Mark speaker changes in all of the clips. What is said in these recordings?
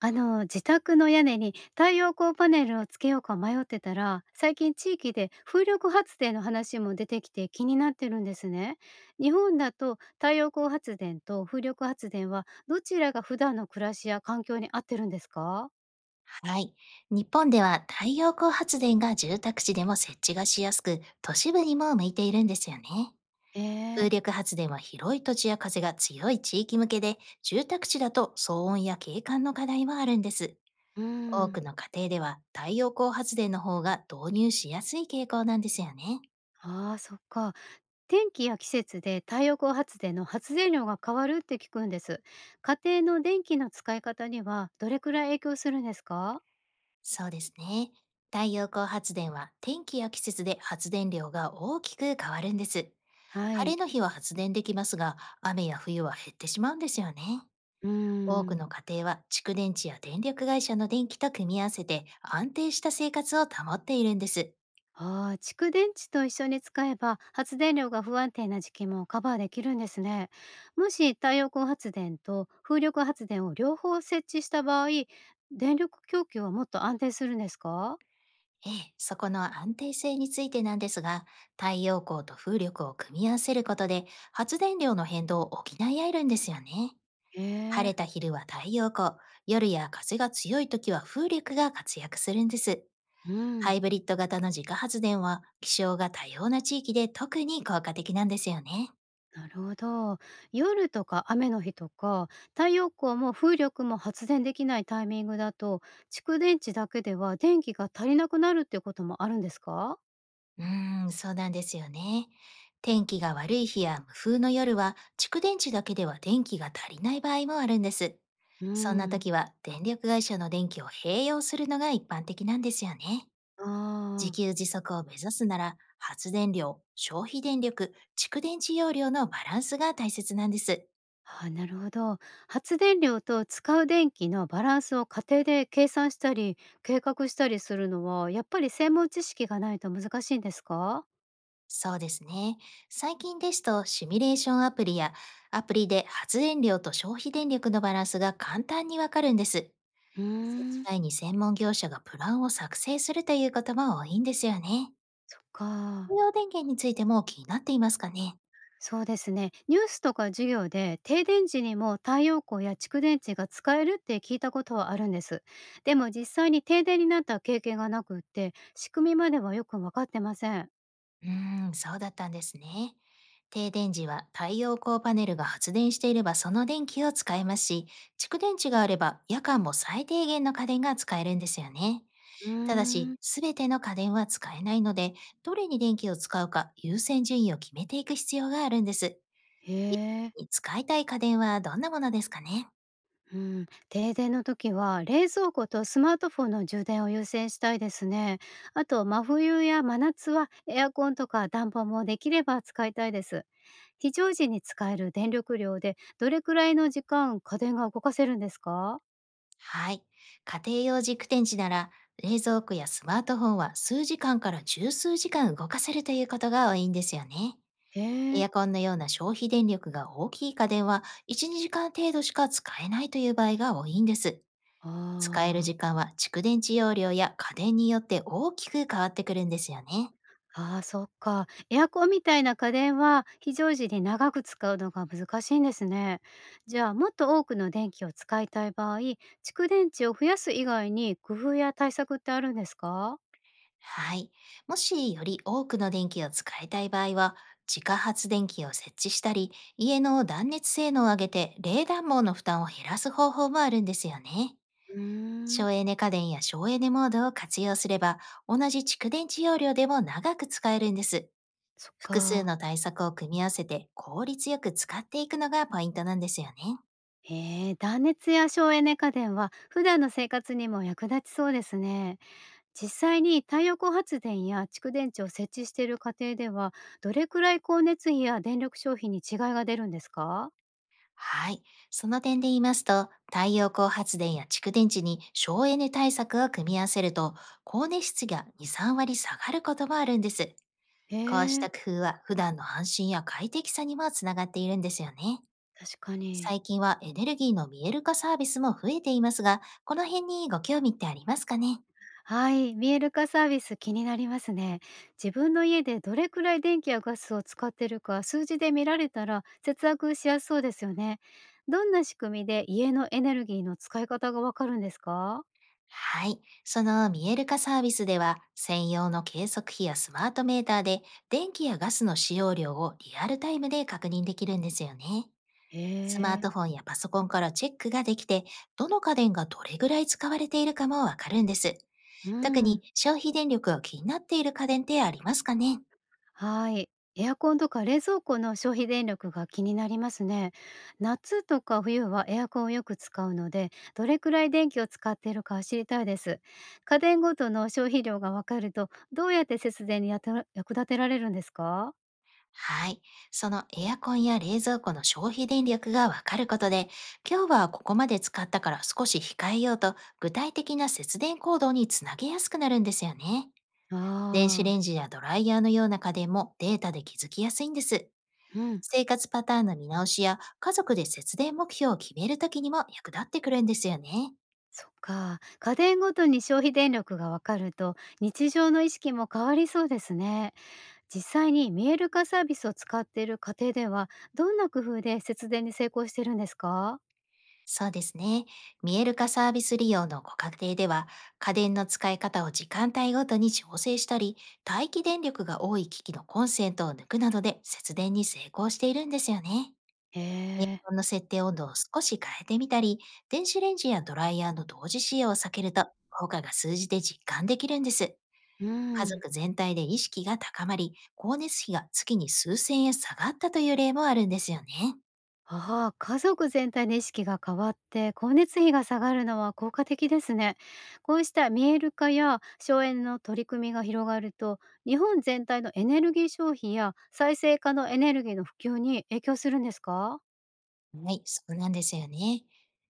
Speaker 1: 自宅の屋根に太陽光パネルをつけようか迷ってたら、最近地域で風力発電の話も出てきて気になってるんですね。日本だと太陽光発電と風力発電はどちらが普段の暮らしや環境に合ってるんですか？
Speaker 2: はい。日本では太陽光発電が住宅地でも設置がしやすく、都市部にも向いているんですよね。
Speaker 1: ええ。
Speaker 2: 風力発電は広い土地や風が強い地域向けで、住宅地だと騒音や景観の課題もあるんです。
Speaker 1: う
Speaker 2: 多
Speaker 1: ん。
Speaker 2: くの家庭では太陽光発電の方が導入しやすい傾向なんですよね。
Speaker 1: ああ、そっか。天気や季節で太陽光発電の発電量が変わるって聞くんです。家庭の電気の使い方にはどれくらい影響するんですか？
Speaker 2: そうですね。太陽光発電は天気や季節で発電量が大きく変わるんです。
Speaker 1: は
Speaker 2: 晴れ
Speaker 1: い。
Speaker 2: の日は発電できますが、雨や冬は減ってしまうんですよね。
Speaker 1: う
Speaker 2: 多く
Speaker 1: ん。
Speaker 2: の家庭は蓄電池や電力会社の電気と組み合わせて安定した生活を保っているんです。
Speaker 1: ああ、蓄電池と一緒に使えば発電量が不安定な時期もカバーできるんですね。もし太陽光発電と風力発電を両方設置した場合、電力供給はもっと安定するんですか？
Speaker 2: ええ、そこの安定性についてなんですが、太陽光と風力を組み合わせることで発電量の変動を補い合えるんですよね。
Speaker 1: へ
Speaker 2: 晴
Speaker 1: え、
Speaker 2: れた昼は太陽光、夜や風が強い時は風力が活躍するんです。
Speaker 1: う
Speaker 2: ハ
Speaker 1: ん、
Speaker 2: イブリッド型の自家発電は気象が多様な地域で特に効果的なんですよね。
Speaker 1: なるほど。夜とか雨の日とか、太陽光も風力も発電できないタイミングだと、蓄電池だけでは電気が足りなくなるっていうこともあるんですか？
Speaker 2: うーん、そうなんですよね。天気が悪い日や無風の夜は、蓄電池だけでは電気が足りない場合もあるんです。
Speaker 1: う
Speaker 2: そんな
Speaker 1: ん。
Speaker 2: 時は、電力会社の電気を併用するのが一般的なんですよね。
Speaker 1: ああ
Speaker 2: 自
Speaker 1: ー。
Speaker 2: 給自足を目指すなら、発電量、消費電力、蓄電池容量のバランスが大切なんです。
Speaker 1: ああ、なるほど。発電量と使う電気のバランスを家庭で計算したり計画したりするのは、やっぱり専門知識がないと難しいんですか？
Speaker 2: そうですね。最近ですと、シミュレーションアプリや、アプリで発電量と消費電力のバランスが簡単にわかるんです。
Speaker 1: うー
Speaker 2: 設置
Speaker 1: ん。
Speaker 2: 前に専門業者がプランを作成するということも多いんですよね。
Speaker 1: そっか。
Speaker 2: 専用電源についても気になっていますかね？
Speaker 1: そうですね。ニュースとか授業で停電時にも太陽光や蓄電池が使えるって聞いたことはあるんです。でも実際に停電になった経験がなくって、仕組みまではよくわかってません。
Speaker 2: うーん、そうだったんですね。停電時は太陽光パネルが発電していればその電気を使いますし、蓄電池があれば夜間も最低限の家電が使えるんですよね。
Speaker 1: うー
Speaker 2: ただし、
Speaker 1: ん。
Speaker 2: すべての家電は使えないので、どれに電気を使うか優先順位を決めていく必要があるんです。
Speaker 1: へえ。
Speaker 2: 使いたい家電はどんなものですかね？
Speaker 1: うん、停電の時は冷蔵庫とスマートフォンの充電を優先したいですね。あと真冬や真夏はエアコンとか暖房もできれば使いたいです。非常時に使える電力量でどれくらいの時間家電が動かせるんですか？
Speaker 2: はい。家庭用軸電池なら、冷蔵庫やスマートフォンは数時間から十数時間動かせるということが多いんですよね。
Speaker 1: へ
Speaker 2: エ
Speaker 1: え。
Speaker 2: アコンのような消費電力が大きい家電は1、2時間程度しか使えないという場合が多いんです。使える
Speaker 1: あ
Speaker 2: 時
Speaker 1: あ。
Speaker 2: 間は蓄電池容量や家電によって大きく変わってくるんですよね。
Speaker 1: ああ、そっか。エアコンみたいな家電は非常時に長く使うのが難しいんですね。じゃあ、もっと多くの電気を使いたい場合、蓄電池を増やす以外に工夫や対策ってあるんですか？
Speaker 2: はい。もしより多くの電気を使いたい場合は、自家発電機を設置したり、家の断熱性能を上げて冷暖房の負担を減らす方法もあるんですよね。
Speaker 1: うーん、
Speaker 2: 省エネ家電や省エネモードを活用すれば、同じ蓄電池容量でも長く使えるんです。
Speaker 1: そっ
Speaker 2: 複数
Speaker 1: か。
Speaker 2: の対策を組み合わせて効率よく使っていくのがポイントなんですよね。
Speaker 1: えー、断熱や省エネ家電は普段の生活にも役立ちそうですね。実際に太陽光発電や蓄電池を設置している家庭では、どれくらい光熱費や電力消費に違いが出るんですか？
Speaker 2: はい。その点で言いますと、太陽光発電や蓄電池に省エネ対策を組み合わせると、光熱質が2、3割下がることもあるんです。
Speaker 1: え
Speaker 2: こうし
Speaker 1: え、
Speaker 2: た工夫は普段の安心や快適さにもつながっているんですよね。
Speaker 1: 確かに。
Speaker 2: 最近はエネルギーの見える化サービスも増えていますが、この辺にご興味ってありますかね？
Speaker 1: はい、見える化サービス気になりますね。自分の家でどれくらい電気やガスを使ってるか数字で見られたら節約しやすそうですよね。どんな仕組みで家のエネルギーの使い方がわかるんですか？
Speaker 2: はい。その見える化サービスでは、専用の計測器やスマートメーターで、電気やガスの使用量をリアルタイムで確認できるんですよね。
Speaker 1: へ
Speaker 2: スマー
Speaker 1: え。
Speaker 2: トフォンやパソコンからチェックができて、どの家電がどれぐらい使われているかもわかるんです。
Speaker 1: う
Speaker 2: 特に
Speaker 1: ん。
Speaker 2: 消費電力が気になっている家電ってありますかね？
Speaker 1: はい。エアコンとか冷蔵庫の消費電力が気になりますね。夏とか冬はエアコンをよく使うので、どれくらい電気を使っているか知りたいです。家電ごとの消費量がわかると、どうやって節電にやた役立てられるんですか？
Speaker 2: はい。そのエアコンや冷蔵庫の消費電力がわかることで、今日はここまで使ったから少し控えようと、具体的な節電行動につなげやすくなるんですよね。電子
Speaker 1: ああ。
Speaker 2: レンジやドライヤーのような家電もデータで気づきやすいんです。
Speaker 1: うん。
Speaker 2: 生活パターンの見直しや家族で節電目標を決めるときにも役立ってくるんですよね。
Speaker 1: そっか。家電ごとに消費電力がわかると、日常の意識も変わりそうですね。実際に見える化サービスを使っている家庭では、どんな工夫で節電に成功してるんですか？
Speaker 2: そうですね。見える化サービス利用のご家庭では、家電の使い方を時間帯ごとに調整したり、待機電力が多い機器のコンセントを抜くなどで節電に成功しているんですよね。
Speaker 1: へ
Speaker 2: エ
Speaker 1: え、
Speaker 2: アコンの設定温度を少し変えてみたり、電子レンジやドライヤーの同時使用を避けると、効果が数字で実感できるんです。
Speaker 1: う
Speaker 2: 家
Speaker 1: ん。
Speaker 2: 族全体で意識が高まり、光熱費が月に数千円下がったという例もあるんですよね。
Speaker 1: ああ、家族全体の意識が変わって、光熱費が下がるのは効果的ですね。こうした見える化や省エネの取り組みが広がると、日本全体のエネルギー消費や再生可能エネルギーの普及に影響するんですか？
Speaker 2: はい、そうなんですよね。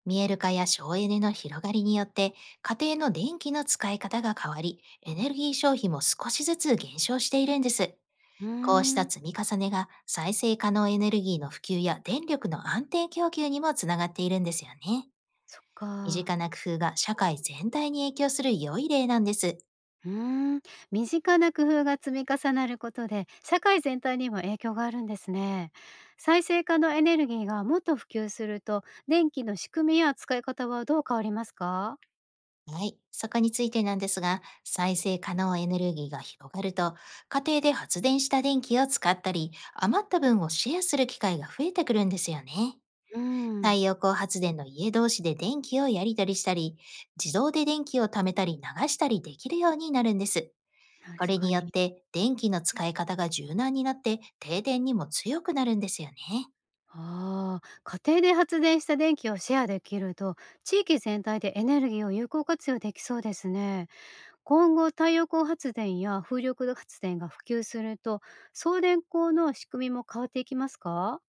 Speaker 2: 見える化や省エネの広がりによって、家庭の電気の使い方が変わり、エネルギー消費も少しずつ減少しているんです。
Speaker 1: うー
Speaker 2: こうした
Speaker 1: ん、
Speaker 2: 積み重ねが再生可能エネルギーの普及や電力の安定供給にもつながっているんですよね。
Speaker 1: そっ
Speaker 2: 身
Speaker 1: か。
Speaker 2: 近な工夫が社会全体に影響する良い例なんです。
Speaker 1: うーん、身近な工夫が積み重なることで、社会全体にも影響があるんですね。再生可能エネルギーがもっと普及すると、電気の仕組みや使い方はどう変わりますか？
Speaker 2: はい。そこについてなんですが、再生可能エネルギーが広がると、家庭で発電した電気を使ったり、余った分をシェアする機会が増えてくるんですよね。
Speaker 1: うーん、
Speaker 2: 太陽光発電の家同士で電気をやり取りしたり、自動で電気を貯めたり流したりできるようになるんです。こ
Speaker 1: 確
Speaker 2: れ
Speaker 1: か
Speaker 2: によっ
Speaker 1: に。
Speaker 2: て電気の使い方が柔軟になって停電にも強くなるんですよね。
Speaker 1: ああ、家庭で発電した電気をシェアできると、地域全体でエネルギーを有効活用できそうですね。今後、太陽光発電や風力発電が普及すると、送電網の仕組みも変わっていきますか？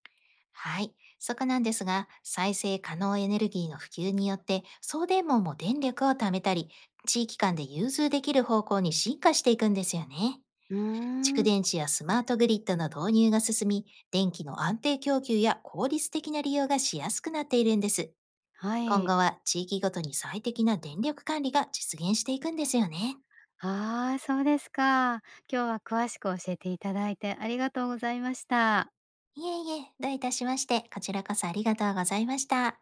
Speaker 2: はい。そこなんですが、再生可能エネルギーの普及によって、送電網も電力を貯めたり、地域間で融通できる方向に進化していくんですよね。
Speaker 1: うー
Speaker 2: 蓄
Speaker 1: ん、
Speaker 2: 電池やスマートグリッドの導入が進み、電気の安定供給や効率的な利用がしやすくなっているんです。
Speaker 1: は
Speaker 2: 今後
Speaker 1: い。
Speaker 2: は地域ごとに最適な電力管理が実現していくんですよね。
Speaker 1: ああ、そうですか。今日は詳しく教えていただいてありがとうございました。
Speaker 2: いえいえ、どういたしまして、こちらこそありがとうございました。